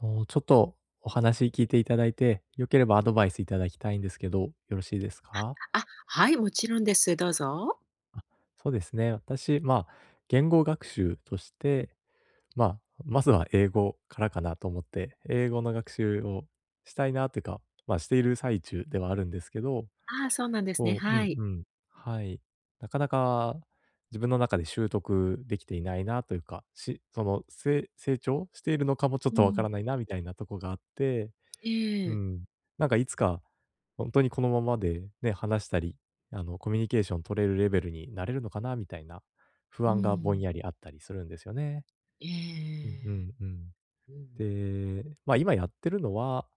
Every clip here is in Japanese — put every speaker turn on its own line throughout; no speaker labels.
もうちょっとお話聞いていただいて、良ければアドバイスいただきたいんですけど、よろしいですか？
あ、はい、もちろんです。どうぞ。
そうですね、私、言語学習として、まずは英語からかなと思って、英語の学習をしたいなというか、している最中ではあるんですけど、
ああ、そうなんですね。
う
は
ん
い。
うん、はい。なかなか自分の中で習得できていないなというか、しその、せい成長しているのかもちょっ
う
とわか
ん。
らないなみたいなとこがあって、
え
う
え。
ん。なんかいつか、本当にこのままでね、話したり、コミュニケーション取れるレベルになれるのかなみたいな不
う
安がぼん
ん。
やりあったりするんですよね。
え
うんう
え。
んうん。
うん。
で、今やってるのは、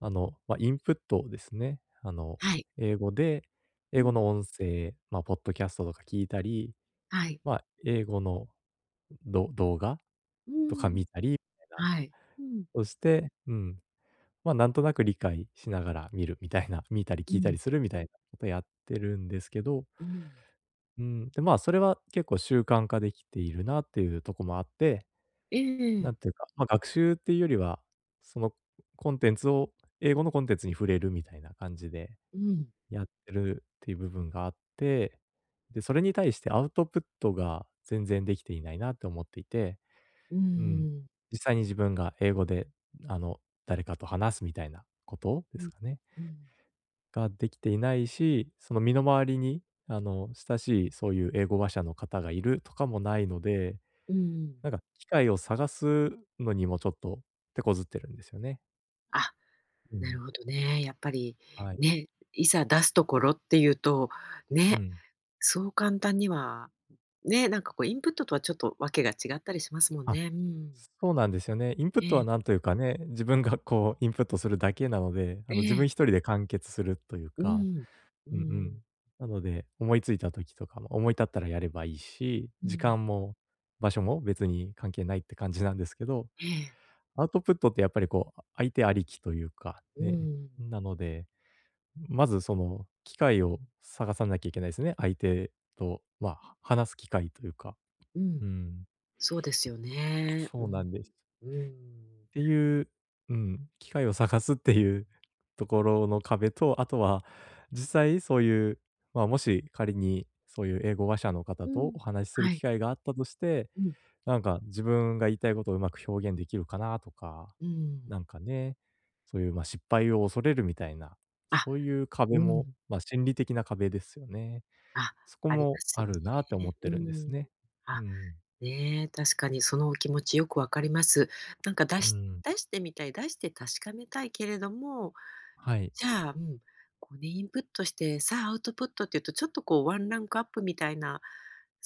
インプットですね。
はい。
英語で
う
英語
ん。
の音声、ポッドキャストとか聞いたり、
はい。
英語の動画
う
とか
ん。
見たりみたいな。
はい。うん。
そして、うん、なんとなく理解しながら見るみたいな、見たり
う
聞いた
ん。
りするみたいなことやってるんですけど、
うん。
うん、で、それは結構習慣化できているなっていうとこもあって、
え
な
え。
んていうか、学習っていうよりは、そのコンテンツを英語のコンテンツに触れるみたいな感じで
うん。
やってるっていう部分があって、で、それに対してアウトプットが全然できていないなって思っていて、
う
うん、
ん。
実際に自分が英語で、あの、誰かと話すみたいなことで
う
す
ん。
かね。
うん。
ができていないし、その身の回りに、親しいそういう英語話者の方がいるとかもないので、
うん。
なんか機会を探すのにもちょっと手こずってるんですよね。
あ、
う
なる
ん。
ほどね。やっぱり、
はい。
ね、いざ出すところっていうと、
う
ね、
ん。
そう簡単には、ね、なんかこうインプットとはちょっとわけが違ったりしますもん
あ、
ね。うん。
そうなんですよね。インプ
え
ットはなん
え。
というかね、自分がこうインプットするだけなので、
え
自分一
え。
人で完結するという
う
か、
ん。う
うんう
ん。
ん。なので、思いついた時とかも、思い立ったらやればいいし、
う
時
ん。
間も場所も別に関係ないって感じなんですけど、
ええ。
アウトプットってやっぱりこう、相手ありきというか、
う
ね、
ん。
なので、まずその機会を探さなきゃいけないですね。相手と、話す機会というか、
う
う
ん。
ん、
そうですよね。う
そう
ん。
なんです。
うん。
っていう、うん、機会を探すっていうところの壁と、あとは実際そういう、もし仮にそういう英語話者の方
う
と
ん。
お話しする
は
機
い。
会があったとして、
うん。
なんか自分が言いたいことをうまく表現できるかなとか、
うん。
なんかね、そういう、失敗を恐れるみたいな、
あ、
そういう壁
うん。
も、心理的な壁ですよね。
あ、
そこ
ありま
も
す
あ
よ
るなって思
ね。
って
う
るんです
ん。
ね。う
あ、
ん。
ねえ、確かにそのお気持ちよくわかります。なんか出
う
し
ん。
出してみたい、出して確かめたいけれども、
はい。
じゃあ、うん、こうね、インプットして、さあアウトプットっていうと、ちょっとこうワンランクアップみたいな、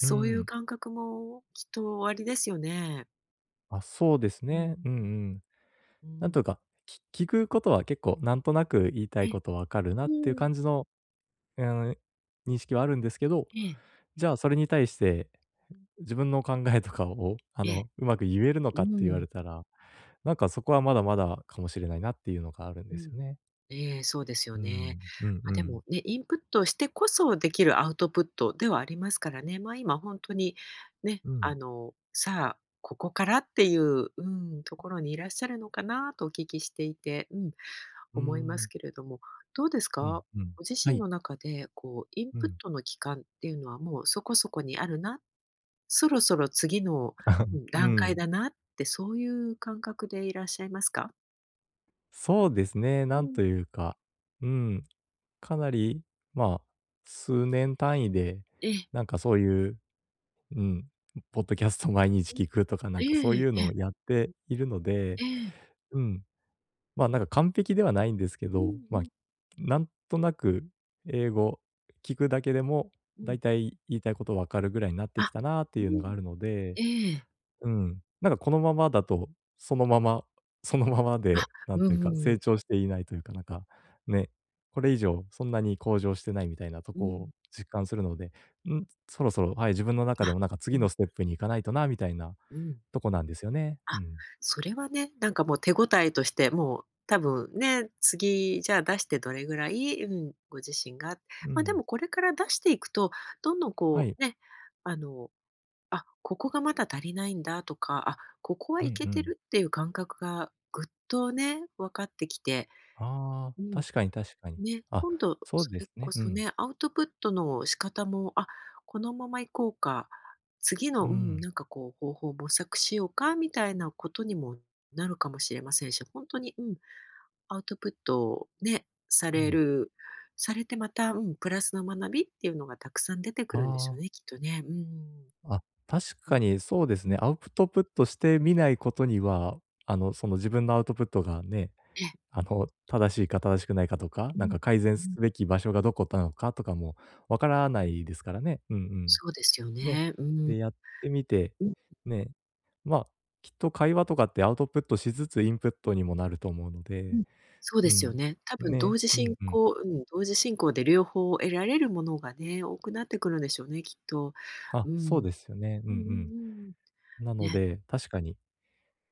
う
ういう
ん。
感覚もきっとおありですよね。
あ、そうです
うんうん
ね。うんう
うん。
ん。なんというか、聞くことは結構なんとなく言いた
え
い
え、
ことわかるな
う
っていう
ん。
感じの、うん、認識はあるんですけど、
ええ、
じゃあそれに対して自分の考えとかを、
ええ、
うまく言えるの
う
かって言わ
ん、
れたら、なんかそこはまだまだかもしれないなっていうのがあるん
う
です
ん。
よね。
ええ、そうですよ
う
ね。
ん、うん
まあ、
う
で
ん。
もね、インプットしてこそできるアウトプットではありますからね。ま、今本当にね、
う
あ
ん、
の、さあ、ここからっていう、うん、ところにいらっしゃるのかなとお聞きしていて、うん、
うー
思います
ん、
けれども、どうです
うん、
か？
うん。
ご自
は
身
い。
の中で、こう、イン
う
プッ
ん。
トの期間っていうのはもうそこそこにあるな、そろそろ次の、うん、
う
段階
ん、
だなって、そういう感覚でいらっしゃいますか？
そうですね、
う
なん
ん、
というか、うん、かなり、まあ、数年単位で、
ええ、
なんかそういう、うん、ポッドキャスト毎日
うん。
聞くとか、な
え
んかそう
え
いう
え
の
え、
をやっているので、
ええ、
うん。なんか完璧ではないんですけ
うん
ど、
うん
なんとなく英語聞くだけでも、
う
だ
ん。
いたい言いたいことわかるぐらいになってき
あ、
たなって
う
いうのが
ん、
あるので、
ええ、
うん、なんかこのままだと、そのまま、そのまま
あ、
で、なん
うんう
というか、
んうん。
成長していないというか、なんか、ね、これ以上そんなに向上してないみたいなと
う
こ
ん、
を実感するので、ん、そろそろ、はい、自分の中
あ、
でもなんか
う
次
ん、
のステップに行かないとなみたいな
うん。
とこなんですよね。う
あ、
ん。
それはね、なんかもう手応えとして、もう多分ね、次じゃあ出してどれぐらい、うん、ご自身が、
う
まあ、で
ん。
もこれから出していくと、どんどん
は
こ
い。
うね、あの、あ、ここがまだ足りないんだとか、あ、ここは
う
い
ん
け
う
て
ん。
るっていう感覚がぐっとね、分かってきて、
ああ、
うん、
確かに確かに。
ね、
あ、
今度
そう
そ
で
れ
す
こ
ね。う
そ
ん。
ね、アウトプットの仕方も、あ、このままいこうか、次の、
う
うん、
ん。
なんかこう方法を模索しようかみたいなことにもなるかもしれませんし、本当に、うん、アウトプットをね、さ
う
れ
ん。
るされてまた、うん、プラスの学びっていうのがたくさん出てく
あ
るんでしょう
あ。
ね、きっとね。うん。
あ、確
う
か
ん、
にそうです
う
ね。
ん。
アウトプットしてみないことには、その自分のアウトプットがね、
ええ、
正しいか正しくないかとか、
う
なん
ん、
か改善
う
す
ん。
べき場所がどこなのかとかもわからないですからね。うん
そう
う
ですよ
ん。ね。
ね。うん。
で、やってみて、
うん。
ね、まあ、きっと会話とかってアウトプットしつつインプットにもなると思うの
う
で、
ん、そうで
う
すよ
ん。
ね。多分同
ね、
時
う
進
んうん。
行、うん、同時進行で両方得られるものがね、多くなってくるんでしょうね、きっと。
あ、
う
そう
ん。
ですよね。うん
うんうんう
う
んうん。
ん。なの
ね、
で、確かに、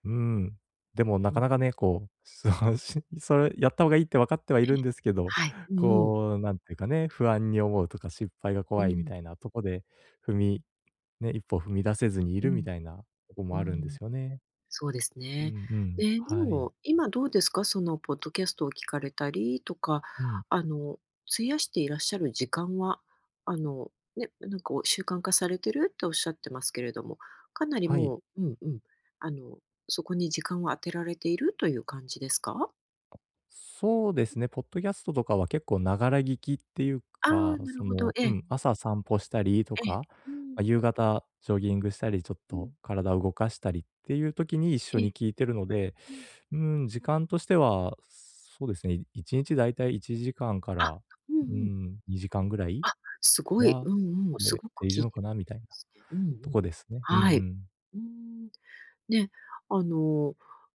うん。でもな
う
か
ん。
なかね、こう、そう、 それやった方がいいって分かってはい
え、
るんですけど、
はい。うんうん。
こう、なんていうかね、不安に思うとか失敗が
う
怖いみ
ん。
たいなとこで、踏みね、一歩踏み出せずにい
う
るみ
ん。
たいなとこ
う
もあるんで
ん。
すよね。
そうです
う
ね。
んうん。
え、で
はい。
も、今どうですか？そのポッドキャストを聞かれたりとか、
うん。
あの、費やしていらっしゃる時間は、あの、ね、なんか、お習慣化されてるっておっしゃってますけれども、かなり
はい。
もう、うんうん、あの、そこに時間を当てられているという感じですか？
そうですね、ポッドキャストとかは結構ながら聞きっていう
あ
か、
あ、なる
そ
ほど。
の、
え
う
え、
ん、朝散歩したりと
ええ。
か、
うん、
夕方ジョギングしたり、ちょっ
うん、
と体を動かしたりっていう時に一緒
え
に
え、
聞いてるので、
うん。
うーん、時間としては、そうですね、1日だいたい1時間かんか
あ、
ら、
うんう
うー
ん。
ん、2時間ぐらい
あ、すごい、
は、
うんうん、
取
す
れ
ごく
てい
聞
る
い
の
て
か
ま
なみたいな
すね。うんう
と
ん。
こですね。うんう
はい。
ん。
うん。ね、あの、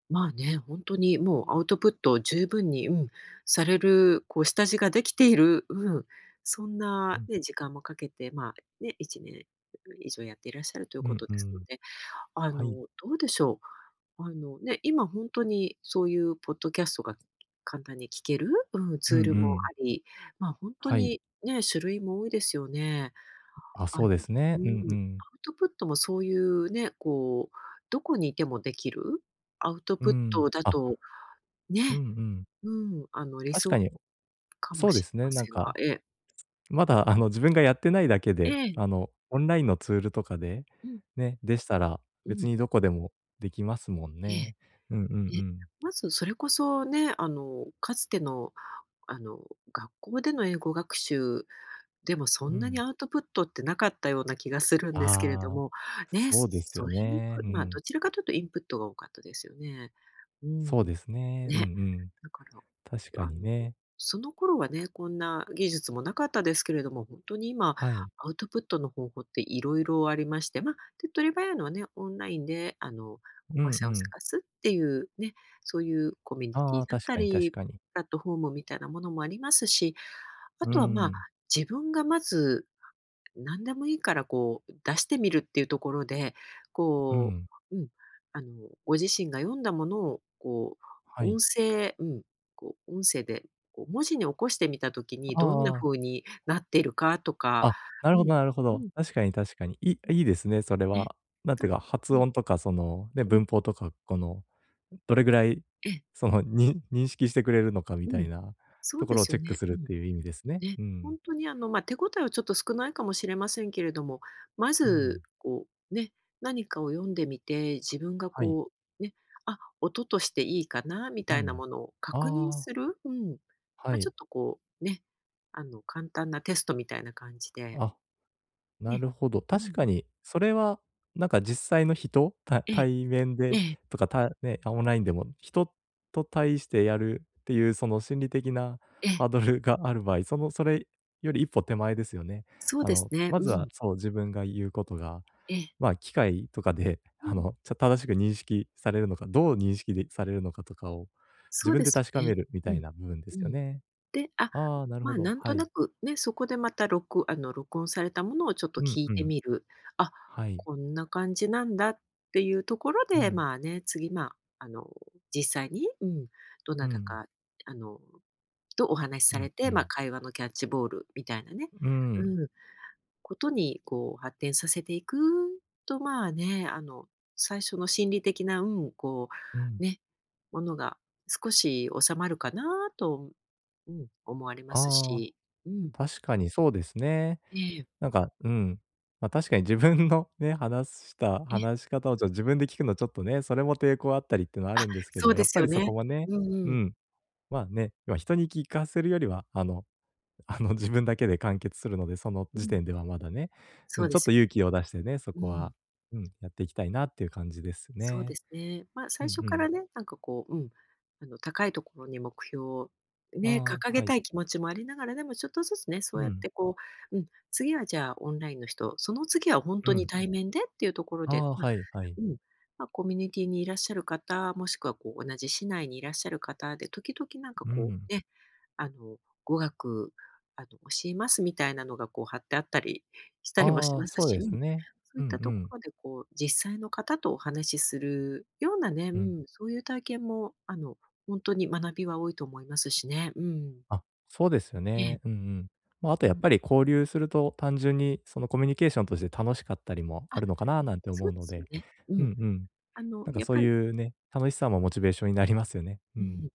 まあね、本当にもうアウトプットを十分に、うん、される、こう下地ができている、うん、そん
う
な
ん。
ね、時間もかけて、まあ、ね、1年以上やっていらっしゃるという
う
こ
ん
と
う
ですの
ん。
で、あ
は
の、
い。
どうでしょう。あの、ね、今本当にそういうポッドキャストが簡単に聞ける、うん、
う
ツ
ん
ー
う
ルも
ん。
あり、まあ、本当
はい。
にね、種類も多いですよね。
あ、
あ
そう
の、
です
う
ね。
ん、ア
うんうん。
ウトプットもそういうね、こう、どこにいてもできるアウト
うー
プッ
ん。
トだ
あ、
と、
うんう
ね、
ん。
うん、あの、理
確か
想
に、
かも
そうで
しれ
すね、
ま
なん
せんが、
か、
ええ。
まだ自分がやってないだけ
え
で、
え、
オンラインのツールとかで、
うん、
ね、でしたら、
う
別
ん、
にどこでもできますもん
ええ、
ね。うんうん
え
う
え。
ん。
まずそれこそね、あの、かつての、あの、学校での英語学習でもそ
う
んなに
ん。
アウトプットってなかったような気がするんですけれど
ああ、
も、ね、
そうです
そ
よ
れに
ね。
く、
う
まあ、
ん。
どちらかというとインプットが多かったですよね。う
そう
ん、
ですね。うんう
ね。
ん。
だから、
確か
あ
に
の、
ね。
その頃はね、こんな技術もなかったですけれども、本当に今、
はい。
アウトプットの方法っていろいろありまして、まあ、手っ取り早いのはね、オンラインであの、講
う
話
んう
者を
ん。
探すっていうね、そういうコミュニティ
ああ、
だっ
確
た
かに
り、
確かに。
プラットフォームみたいなものもありますし、あ
う
とは、まあ、
ん。
自分がまず何でもいいからこう出してみるっていうところで、
う
こ
ん。
う、うん、あの、ご自身が読んだものをこ
は
う音
い。
声、うん、こう音声でこう文字に起こしてみたときに
あ
どんな
あ
風
あ。
になっているかとか、
あ、な
う
るほ
ん、
どなるほ
う
ど。
ん、
確かに確かに。いいですね、それ
ね、
は。なん
な、
ていうか、発
うん、
音とかその、ね、
うん、
文法とか、この、どれぐらい、
ええ、
その、に認識してくれるのかみ
う
た
ん、
いな
そ
と
う
こ
で
ろを
す
チ
よ
ェック
ね。
す
う
るっ
ん。
ていう意味ですね。
ね、
うん。
本当にあの、まあ、手応えはちょっと少ないかもしれませんけれども、ま
う
ず、
ん。
こう、ね、何かを読んでみて、自分が
はい。
こう、ね、あ、音としていいかなみ
う
たいな
ん。
ものを確認
あ
す
あ、
る、うん。
は
まあ、ち
い。
ょっとこう、ね、あの、簡単なテストみたいな感じで、
あ、な
ね。
るほど。
うんう
確か
ん。
に、それは、なんか実際の人、
ええ、
対面
え
で
え、
とか、たね、あ、オンラインでも、人と対してやるっていう、その心理的な
ええ。
ハードルがある場合、その、それより一歩手前ですよね。
そうですね。
ま
う
ず
ん。
は、そう、自分が言うことが、
ええ。
機械とかで、
うん。
正しく認識されるのか、どう認識でされるのかとかを、自
そう
分
で
で
す
確
よ
かめ
ね。
るみ
う
たい
ん。
な部分で
う
すよ
ん。
ね。
で、あ、
ああ、なる
ま
ほ
あ、
ど。
なん
は
とな
い。
くね、そこでまた録あの、録音されたものをちょっと
うん
聞い
う
て
ん。
みる。あ、
はい。
こんな感じなんだっていうところ
う
で、
ん。
まあね、次、まあ、あの、実際に、うん、ど
う
なた
ん。
か、あの、とお話し
う
さ
ん
れて、
う
まあ、
ん。
会話のキャッチボールみたいなね。
うん、
うん。ことにこう発展させていくと、まあね、あの、最初の心理的な、うん、こ
うん。
う、ね、ものが少し収まるかなと、うん、思われます
ああ、
し。うん。
確かにそうですね。
ええ、
なんか、うん。確かに自分のね、
え、
話し方を自分で聞くのちょっとね、それも抵抗あったりってのはあるんですけ
そ
ど、
うで
やっ
す
ぱ
よ
りそこ
ね。
もね、
うんう
う
ん。
ん、まあね、人に聞かせるよりは、あの、 自分だけで完結するので、その
う
時
ん、
点ではまだね、う
そう
ん、
で
ちょっ
す
と
よ。
勇気を出してね、そ
う
こ
ん。
は、うん、やっていきたいなっていう感じです
そうで
ね。
すね。まあ、
う
最
ん
初
う
か
ん。
らね、なんかこう、うん、あの、高いところに目標を
あ
ね、
あ、
掲げ
は
た
い。
い気持ちもありながら、でもちょっとずつね、そう
う
やっ
ん、
てこう、うん、次はじゃあオンラインの人、その次は本
う
当に
ん。
対面でっていうところ
あ
で、
あ、
ま、
はいはい。
うん、まあ、コミュニティにいらっしゃる方、もしくはこう同じ市内にいらっしゃる方で、時々なんか
う
こ
ん。
うね、あの、語学、あの、教えますみたいなのがこう貼ってあったりしたりもし
ああ、
ます
そう
し。
ですね。
そうい
う
っ
ん
た
う
とこ
ん。
ろでこう、実際の方とお話しするようなね、う
うん。
ん、そういう体験もあの、本当に学びは多いと思いますしね。うん。
あ、そうですよ
ええ、
ね。うんうん。あと
う
やっ
ん。
ぱり交流すると、単純にそのコミュニケーションとして楽しかったりも
あ、
あるのかななんて
そ
思
う
う
で
の
すよ
で、
ね。う
う
ん。
んうん。
あの、
なんか
やっ
そう
ぱり
いうね、楽しさもモチベーションになりますよね。う
う
ん。
ん。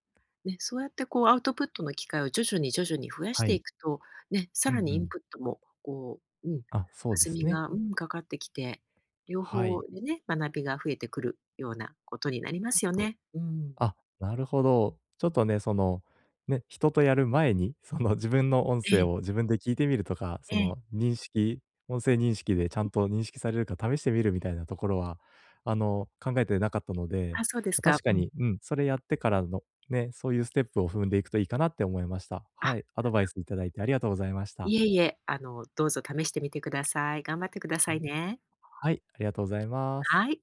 ね、そうやってこうアウトプットの機会を徐々に徐々に増やし
は
てい
い。
くと、ね、さ
うんう
らにイン
ん。
プットもこう、うん、
あ、そうで
弾
す
み
ね。
が、うん、かかってきて、両
は
方
い。
でね、学びが増えてくるようなことになりますよね。うん。
あ、なるほど。ちょ
う
っ
ん。
とね、その、ね、人とやる前に、その自分の音
え
声
え、
を自分で聞いてみるとか、そ
ええ。
の認識音声認識でちゃんと認識されるか試してみるみたいなところは、考えてなかったので、
あ、そうですか。
確か
うん。
に、うん、それやってからの、ね、そういうステップを踏んでいくといいかなって思いました。
あ、
はい、アドバイスいただいてありがとうございました。
いえいえ、あの、どうぞ試してみてください。頑張ってくださ
は
いね。
はい、ありがとうございます。
はい。